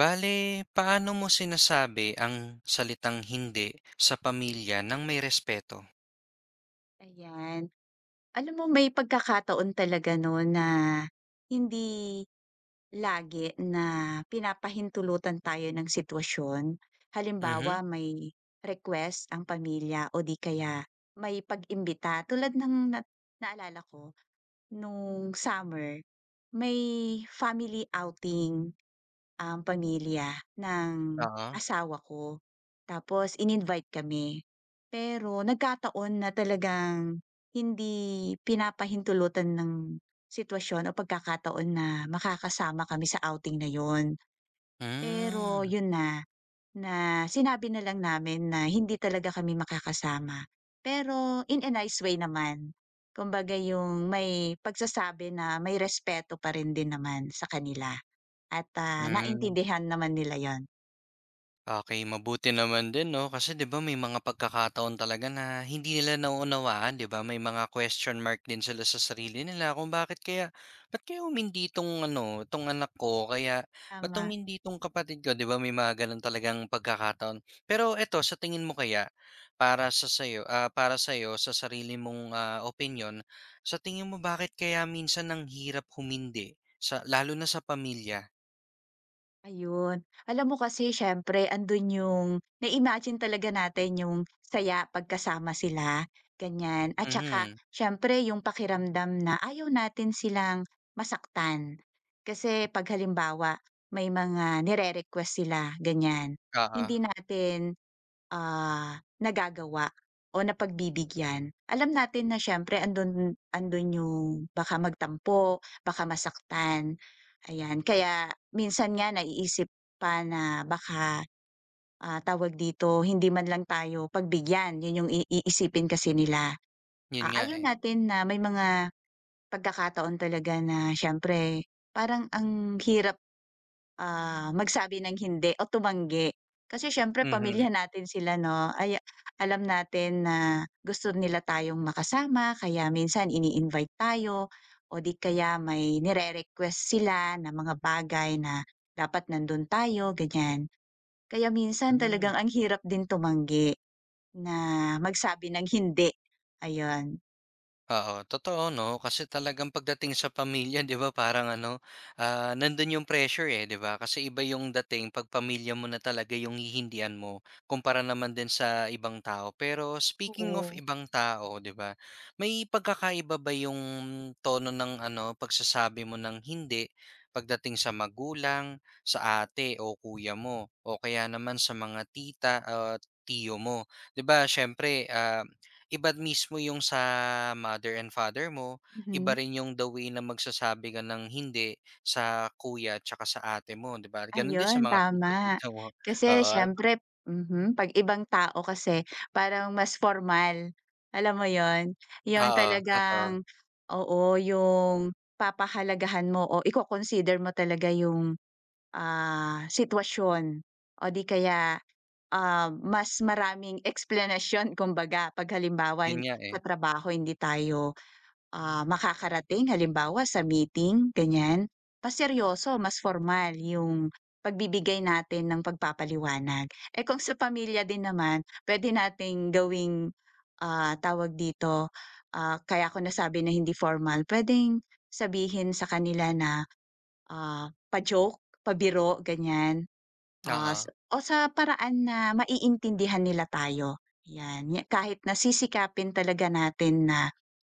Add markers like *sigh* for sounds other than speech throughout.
Bale, paano mo sinasabi ang salitang hindi sa pamilya ng may respeto? Ayan. Alam mo may pagkakataon talaga 'no na hindi lagi na pinapahintulutan tayo ng sitwasyon. Mhm, Halimbawa may request ang pamilya o di kaya may pag-imbita tulad ng na naalala ko nung summer, may family outing ang pamilya ng oo. asawa ko. Tapos in-invite kami. Pero nagkataon na talagang hindi pinapahintulutan ng sitwasyon o pagkakataon na makakasama kami sa outing na yon. Pero Hmm, yun na, na sinabi na lang namin na hindi talaga kami makakasama. Pero in a nice way naman. Kumbaga yung may pagsasabi na may respeto pa rin din naman sa kanila. At, hmm. naintindihan naman nila 'yon. Okey, mabuti naman din 'no, kasi 'di ba may mga pagkakataon talaga na hindi nila nauunawaan 'di ba, may mga question mark din sila sa sarili nila kung bakit kaya ba't kaya umindi 'tong ano, 'tong anak ko o kaya ba't Tama, umindi 'tong kapatid ko 'di ba, may mga gano'n talagang pagkakataon. Pero eto sa tingin mo kaya, para sa'yo, para sa'yo sa sarili mong, opinion, sa tingin mo bakit kaya minsan ang hirap humindi lalo na sa pamilya? ayun. Alam mo kasi siyempre andun yung na-imagine talaga natin yung saya pagkasama sila, ganyan. At saka Mhm, siyempre yung pakiramdam na ayaw natin silang masaktan. Kasi 'pag halimbawa may mga nire-request sila, ganyan, oo, hindi natin nagagawa o napagbibigyan. Alam natin na siyempre andun andun yung baka magtampo, baka masaktan, ayan. Kaya minsan nga naiisip pa na baka, tawag dito, hindi man lang tayo pagbigyan, yun yung iisipin kasi nila. 'yun nga, Ayaw eh. natin na may mga pagkakataon talaga na siyempre parang ang hirap magsabi ng hindi o tumanggi. Kasi siyempre Mhm. pamilya natin sila 'no, ay alam natin na gusto nila tayong makasama kaya minsan ini-invite tayo o di kaya may nire-request sila na mga bagay na dapat nandun tayo, ganyan. Kaya minsan Hmm, talagang ang hirap din tumanggi na magsabi ng hindi, ayun. oo, totoo 'no, kasi talagang pagdating sa pamilya *laughs* 'di ba parang ano, nandun yung pressure, eh, 'di ba? Kasi iba yung dating 'pag pamilya mo na talaga yung hihindian mo, kumpara naman din sa ibang tao. Pero speaking of Oo. ibang tao 'di ba, may pagkakaiba ba yung tono ng ano, pagsasabi mo ng hindi pagdating sa magulang, sa ate o kuya mo o kaya naman sa mga tita at tiyo mo? 'Di ba siyempre, iba mismo yung sa mother and father mo, iba Mhm. rin yung the way na magsasabi ka ng hindi sa kuya tsaka sa ate mo, 'di ba? Ganun din sa Ayun, mga tito, tama. tito, mo. Kasi Oo, siyempre mhm, 'pag ibang tao kasi parang mas formal, alam mo yon. Yung oo, totoo. talagang oo, yung papahalagahan mo o iko-consider mo talaga yung, sitwasyon o di kaya, mas maraming explanation *laughs* kumbaga 'pag halimbawa Yun hin nga, eh. sa trabaho hindi tayo makakarating halimbawa sa meeting, ganyan. Mas seryoso, mas formal yung pagbibigay natin ng pagpapaliwanag. Eh, kung sa pamilya din naman, pwede nating gawing, tawag dito, kaya ko nasabi na hindi formal. Pwedeng sabihin sa kanila na, pa-joke, pabiro, ganyan. Oo. Sa o sa paraan na maiintindihan nila tayo, 'yan. Ya kahit na sisikapin talaga natin na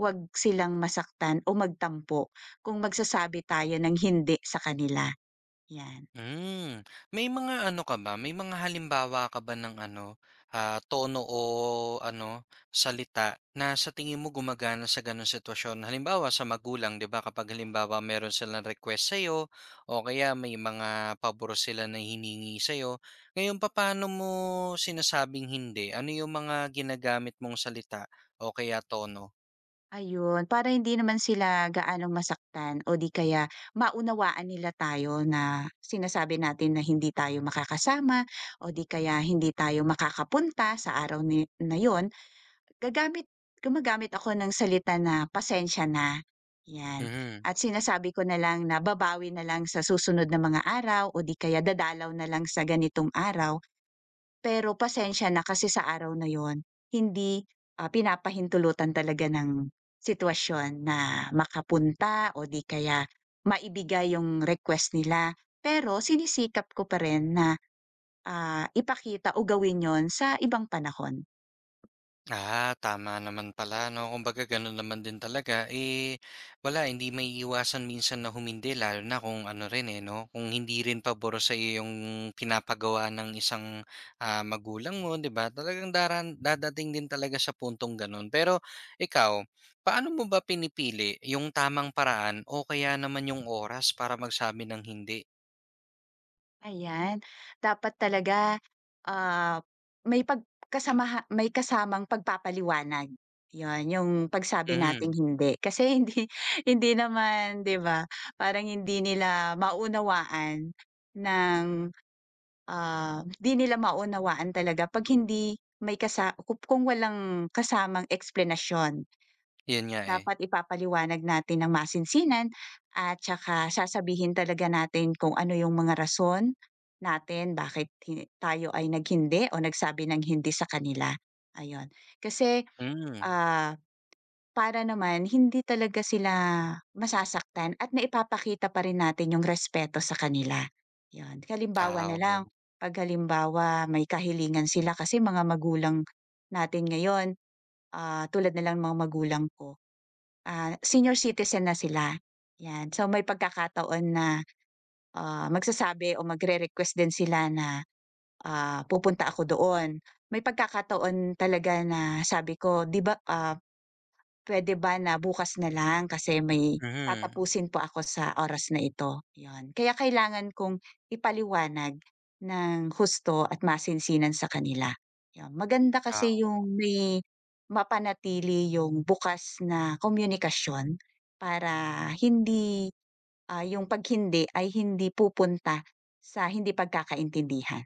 'wag silang masaktan o magtampo kung magsasabi tayo ng hindi sa kanila, 'yan. Hmm, may mga ano ka ba, may mga halimbawa ka ba ng ano, tono o ano, salita na sa tingin mo gumagana sa gano'ng sitwasyon? Halimbawa sa magulang 'di ba kapag halimbawa meron silang request sa iyo o kaya may mga pabor sila na hiningi sa sa'yo, ngayon paano mo sinasabing hindi? Ano yung mga ginagamit mong salita o kaya tono? Ayun, para hindi naman sila gaanong masaktan o di kaya maunawaan nila tayo na sinasabi natin na hindi tayo makakasama o di kaya hindi tayo makakapunta sa araw ni na yon. Gagamit gumagamit ako ng salita na pasensya na, 'yan. Mhm. At sinasabi ko na lang na babawi na lang sa susunod na mga araw o di kaya dadalaw na lang sa ganitong araw, pero pasensya na kasi sa araw na yon hindi, pinapahintulutan talaga ng sitwasyon na makapunta o di kaya maibigay yung request nila. Pero sinisikap ko pa rin na, ipakita o gawin yon sa ibang panahon. Ah, tama naman pala, 'no? Kumbaga gano'n naman din talaga. Eh, wala, hindi maiiwasan minsan na humindi lalo na kung ano rin, eh, 'no, kung hindi rin pabor sa'yo yung pinapagawa ng isang, magulang mo, 'di ba? Talagang dadating din talaga sa puntong gano'n. Pero ikaw, paano mo ba pinipili yung tamang paraan o kaya naman yung oras para magsabi ng hindi? Ayan, dapat talaga, ah, may pagkasama, may kasamang pagpapaliwanag. 'Yon, yung pagsabi nating Mhm, hindi. Kasi hindi *laughs* hindi naman, 'di ba, parang hindi nila maunawaan ng, 'di nila maunawaan talaga 'pag hindi may kasa kung walang kasamang eksplanasyon. yun nga, eh. Dapat ipapaliwanag natin ng masinsinan at tsaka sasabihin talaga natin kung ano yung mga rason natin bakit hi tayo ay naghindi o nagsabi ng hindi sa kanila, ayun. Kasi, Hmm. ah, para naman hindi talaga sila masasaktan at naipapakita pa rin natin yung respeto sa kanila, yun. Halimbawa Ah, na lang, oo. 'pag halimbawa may kahilingan sila kasi mga magulang natin ngayon, tulad na lang mga magulang ko, senior citizen na sila, 'yan. So, may pagkakataon na, magsasabi o magre-request din sila na, pupunta ako doon. May pagkakataon talaga na sabi ko, 'di ba, ah, puwede ba na bukas na lang kasi may Mhm. tatapusin po ako sa oras na ito, 'yon. Kaya kailangan kong ipaliwanag ng husto at masinsinan sa kanila, 'yon. Maganda kasi Ah yung may mapanatili yung bukas na komunikasyon para hindi, yung 'pag hindi ay hindi pupunta sa hindi pagkakaintindihan,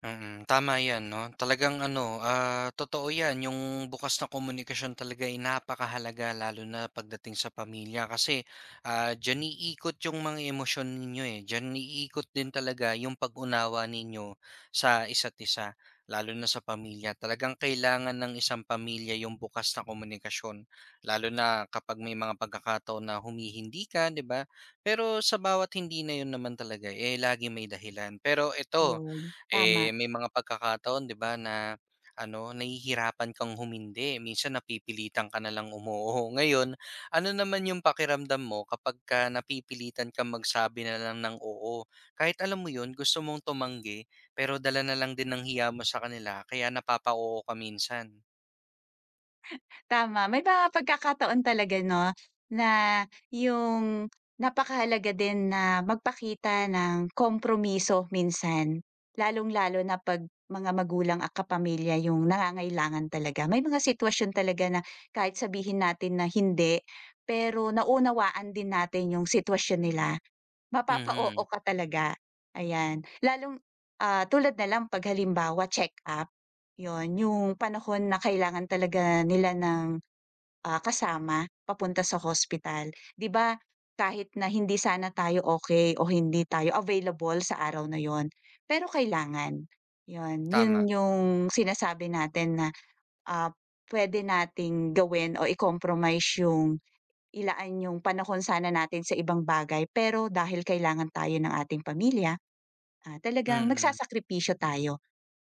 Mm, tama 'yan 'no. Talagang ano, totoo 'yan, yung bukas na komunikasyon talaga ay napakahalaga lalo na pagdating sa pamilya kasi, diyan iikot yung mga emosyon ninyo, eh. Diyan iikot din talaga yung pag-unawa ninyo sa isa't isa, lalo na sa pamilya. Talagang kailangan ng isang pamilya yung bukas na komunikasyon, lalo na kapag may mga pagkakataon na humihindi ka, 'di ba? Pero sa bawat hindi na yun naman talaga, eh, laging may dahilan. Pero ito 'yon, tama. eh, may mga pagkakataon 'di ba na ano, nahihirapan kang humindi, minsan napipilitan ka na lang umoo. Ngayon, ano naman yung pakiramdam mo kapagka napipilitan kang magsabi na lang ng oo? Kahit alam mo yun, gusto mong tumanggi, pero dala na lang din ng hiya mo sa kanila kaya napapa-oo ka minsan. Tama, may mga pagkakataon talaga 'no, na yung napakahalaga din na magpakita ng kompromiso minsan, lalong-lalo na 'pag mga magulang at kapamilya yung nangangailangan talaga. May mga sitwasyon talaga na kahit sabihin natin na hindi, pero naunawaan din natin yung sitwasyon nila, mapapa-oo Mhm, ka talaga, ayan. Lalong, tulad na lang 'pag halimbawa check-up, yun, yung panahon na kailangan talaga nila ng kasama papunta sa hospital. 'Di ba kahit na hindi sana tayo okay o hindi tayo available sa araw na 'yon, pero kailangan. 'Yon, yun tama, yung sinasabi natin na, ah, puwede nating gawin o i-compromise yung ilaan yung panahon sana natin sa ibang bagay, pero dahil kailangan tayo ng ating pamilya, talagang mm. nagsasakripisyo tayo.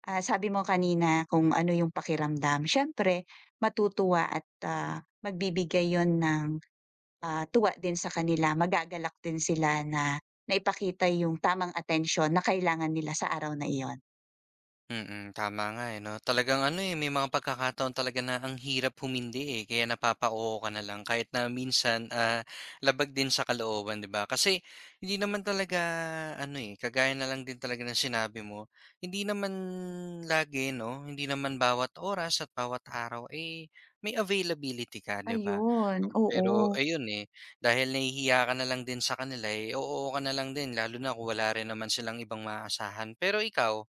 Sabi mo kanina kung ano yung pakiramdam, siyempre matutuwa at, magbibigay yon ng, tuwa din sa kanila, magagalak din sila na naipakita yung tamang atensyon na kailangan nila sa araw na iyon. Mm, tama nga, eh, 'no? Talagang ano, eh, may mga pagkakataon talaga na ang hirap humindi, eh, kaya napapa-oo ka na lang kahit na minsan, labag din sa kalooban, 'di ba? Kasi hindi naman talaga ano, eh, kagaya na lang din talaga ng sinabi mo, hindi naman lagi, 'no, hindi naman bawat oras at bawat araw, eh, may availability ka, 'di ba? Ayun, Pero oo. ayun, eh, dahil nahihiya ka na lang din sa kanila, eh, oo ka na lang din lalo na kung wala rin naman silang ibang maaasahan. Pero ikaw,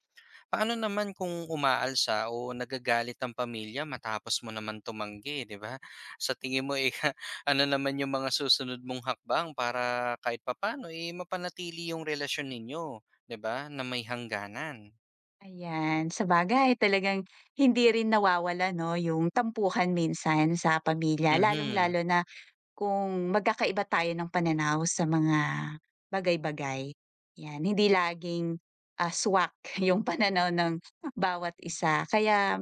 paano naman kung umaalsa o nagagalit ang pamilya matapos mo naman tumanggi, 'di ba? Sa tingin mo, eh, *laughs* ano naman yung mga susunod mong hakbang para kahit papaano, eh, mapanatili yung relasyon ninyo, 'di ba, na may hangganan? Ayan, sa bagay talagang hindi rin nawawala 'no, yung tampuhan minsan sa pamilya Mhm. lalong-lalo na kung magkakaiba tayo ng pananaw sa mga bagay-bagay, 'yan. Hindi laging, swak *laughs* yung pananaw ng bawat isa. Kaya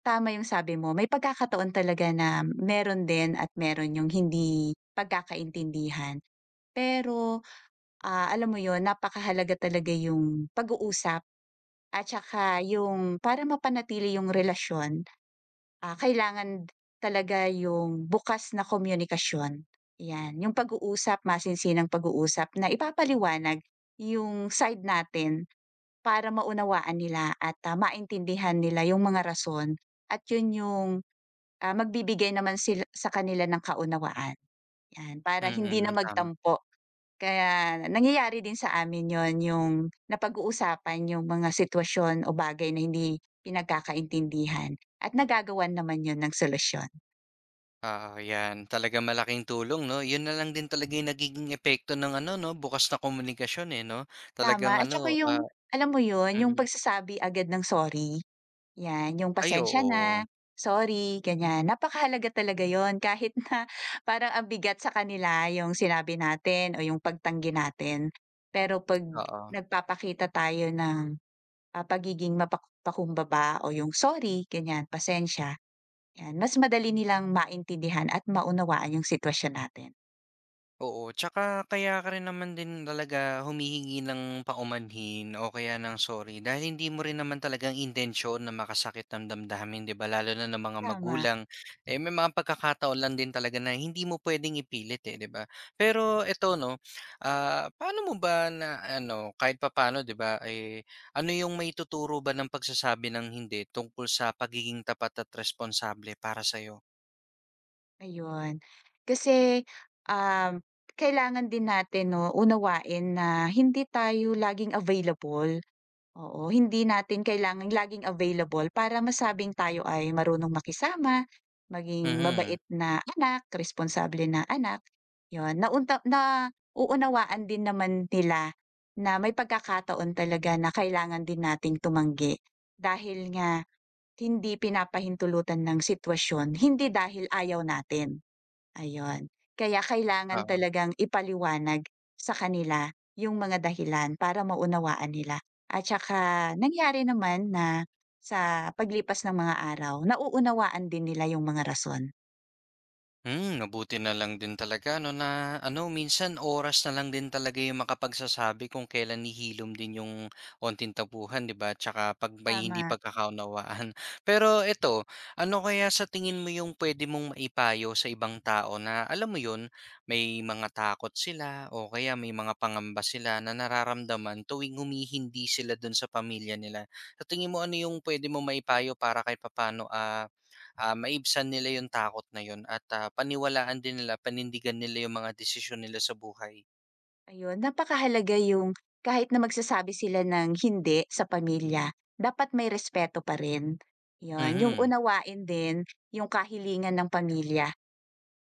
tama yung sabi mo, may pagkakataon talaga na meron din at meron yung hindi pagkakaintindihan. Pero, alam mo yun, napakahalaga talaga yung pag-uusap at saka yung para mapanatili yung relasyon. Kailangan talaga yung bukas na komunikasyon, 'yan. Yung pag-uusap, masinsinang pag-uusap na ipapaliwanag yung side natin para maunawaan nila at, maintindihan nila yung mga rason at yun yung, magbibigay naman sila sa kanila ng kaunawaan, 'yan. Para hindi na Mm, tama. magtampo, kaya nangyayari din sa amin yun, yung napag-uusapan yung mga sitwasyon o bagay na hindi pinagkakaintindihan at nagagawan naman yun ng solusyon. Ah, 'yan. Talaga malaking tulong 'no? Yun na lang din talaga yung nagiging epekto ng ano 'no, bukas na komunikasyon, eh, 'no? Talagang Tama at saka ano, yung alam mo yun, mm. yung Mm. pagsasabi agad ng sorry, 'yan, yung Ay, pasensya oo. na, sorry, ganyan. Napakahalaga talaga yon *laughs* kahit na parang ang bigat sa kanila yung sinabi natin o yung pagtanggi natin. Pero 'pag Oo. nagpapakita tayo ng, pagiging mapak o yung sorry, ganyan, pasensya, 'yan, mas madali nilang maintindihan at maunawaan yung sitwasyon natin, Oo, tsaka kaya ka rin naman din talaga humihingi ng paumanhin o kaya ng sorry dahil hindi mo rin naman talagang intensyon na makasakit ng damdamin, 'di ba? Lalo na ng mga tama. magulang. Eh, may mga pagkakataon lang din talaga na hindi mo pwedeng ipilit eh, 'di ba? Pero eto, no, paano mo ba na ano, kahit papaano, 'di ba? Eh, ano yung may tuturo ba ng pagsasabi ng hindi tungkol sa pagiging tapat at responsable para sa'yo? Ayun. Kasi, um, kailangan din natin 'no, unawain na hindi tayo laging available, oo. Hindi natin kailangan, laging available para masabing tayo ay marunong makisama, maging Mhm. mabait na anak, responsable na anak, 'yun. Nauunawaan din naman nila na may pagkakataon talaga na kailangan din nating tumanggi. Dahil nga hindi pinapahintulutan ng sitwasyon, hindi dahil ayaw natin. Ayun, kaya kailangan talagang ipaliwanag sa kanila yung mga dahilan para maunawaan nila at saka nangyari naman na sa paglipas ng mga araw nauunawaan din nila yung mga rason. Hmm, mabuti na lang din talaga 'no, na ano minsan oras na lang din talaga yung makapagsasabi kung kailan nihilom din yung onting tapuhan 'di ba, tsaka 'pag may hindi Tama, pagkakaunawaan. *laughs* Pero eto, ano kaya sa tingin mo yung pwede mong maipayo sa ibang tao na alam mo yun, may mga takot sila o kaya may mga pangamba sila na nararamdaman tuwing humihindi sila dun sa pamilya nila. Sa tingin mo ano yung puwede mong maipayo para kay papaano, maibsan nila yung takot na yun at, paniwalaan din nila, panindigan nila yung mga desisyon nila sa buhay. ayun napakahalaga yung kahit na magsasabi sila ng hindi sa pamilya, dapat may respeto pa rin. Yun, yung Mhm, unawain din yung kahilingan ng pamilya.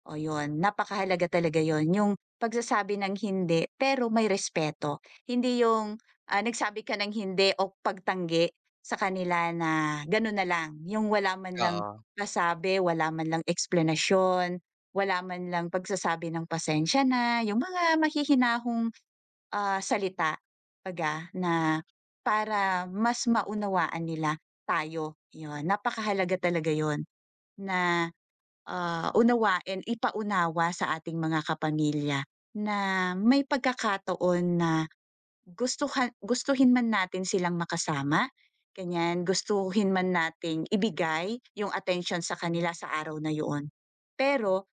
O yun, napakahalaga talaga yon yung pagsasabi ng hindi pero may respeto. Hindi yung, nagsabi ka ng hindi o pagtanggi sa kanila na gano'n na lang, yung wala man lang oo. pasabi, wala man lang explanation, wala man lang pagsasabi ng pasensya na, yung mga mahihinahong, salita 'baga na para mas maunawaan nila tayo, yun. Napakahalaga talaga yon na unawain, ipaunawa sa ating mga kapamilya na may pagkakataon na gustuhin man natin silang makasama, ganyan, gustuhin man nating ibigay yung attention sa kanila sa araw na yun. Pero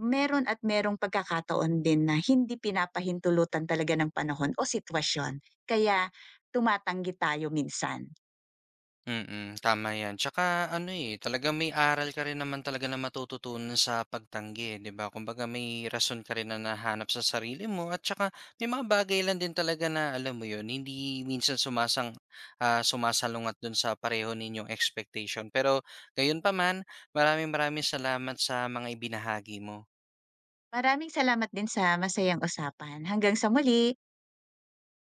meron at merong pagkakataon din na hindi pinapahintulutan talaga ng panahon o sitwasyon, kaya tumatanggi tayo minsan. Mm, tama yan. Tsaka ano, eh, talaga may aral ka rin naman talaga na matututunan sa pagtanggi, 'di ba? Kumbaga may rason ka rin na nahanap sa sarili mo at tsaka may mga bagay lang din talaga na alam mo yun, hindi minsan sumasalungat dun sa pareho ninyong expectation. Pero gayon gayunpaman, maraming maraming salamat sa mga ibinahagi mo. Maraming salamat din sa masayang usapan, hanggang sa muli.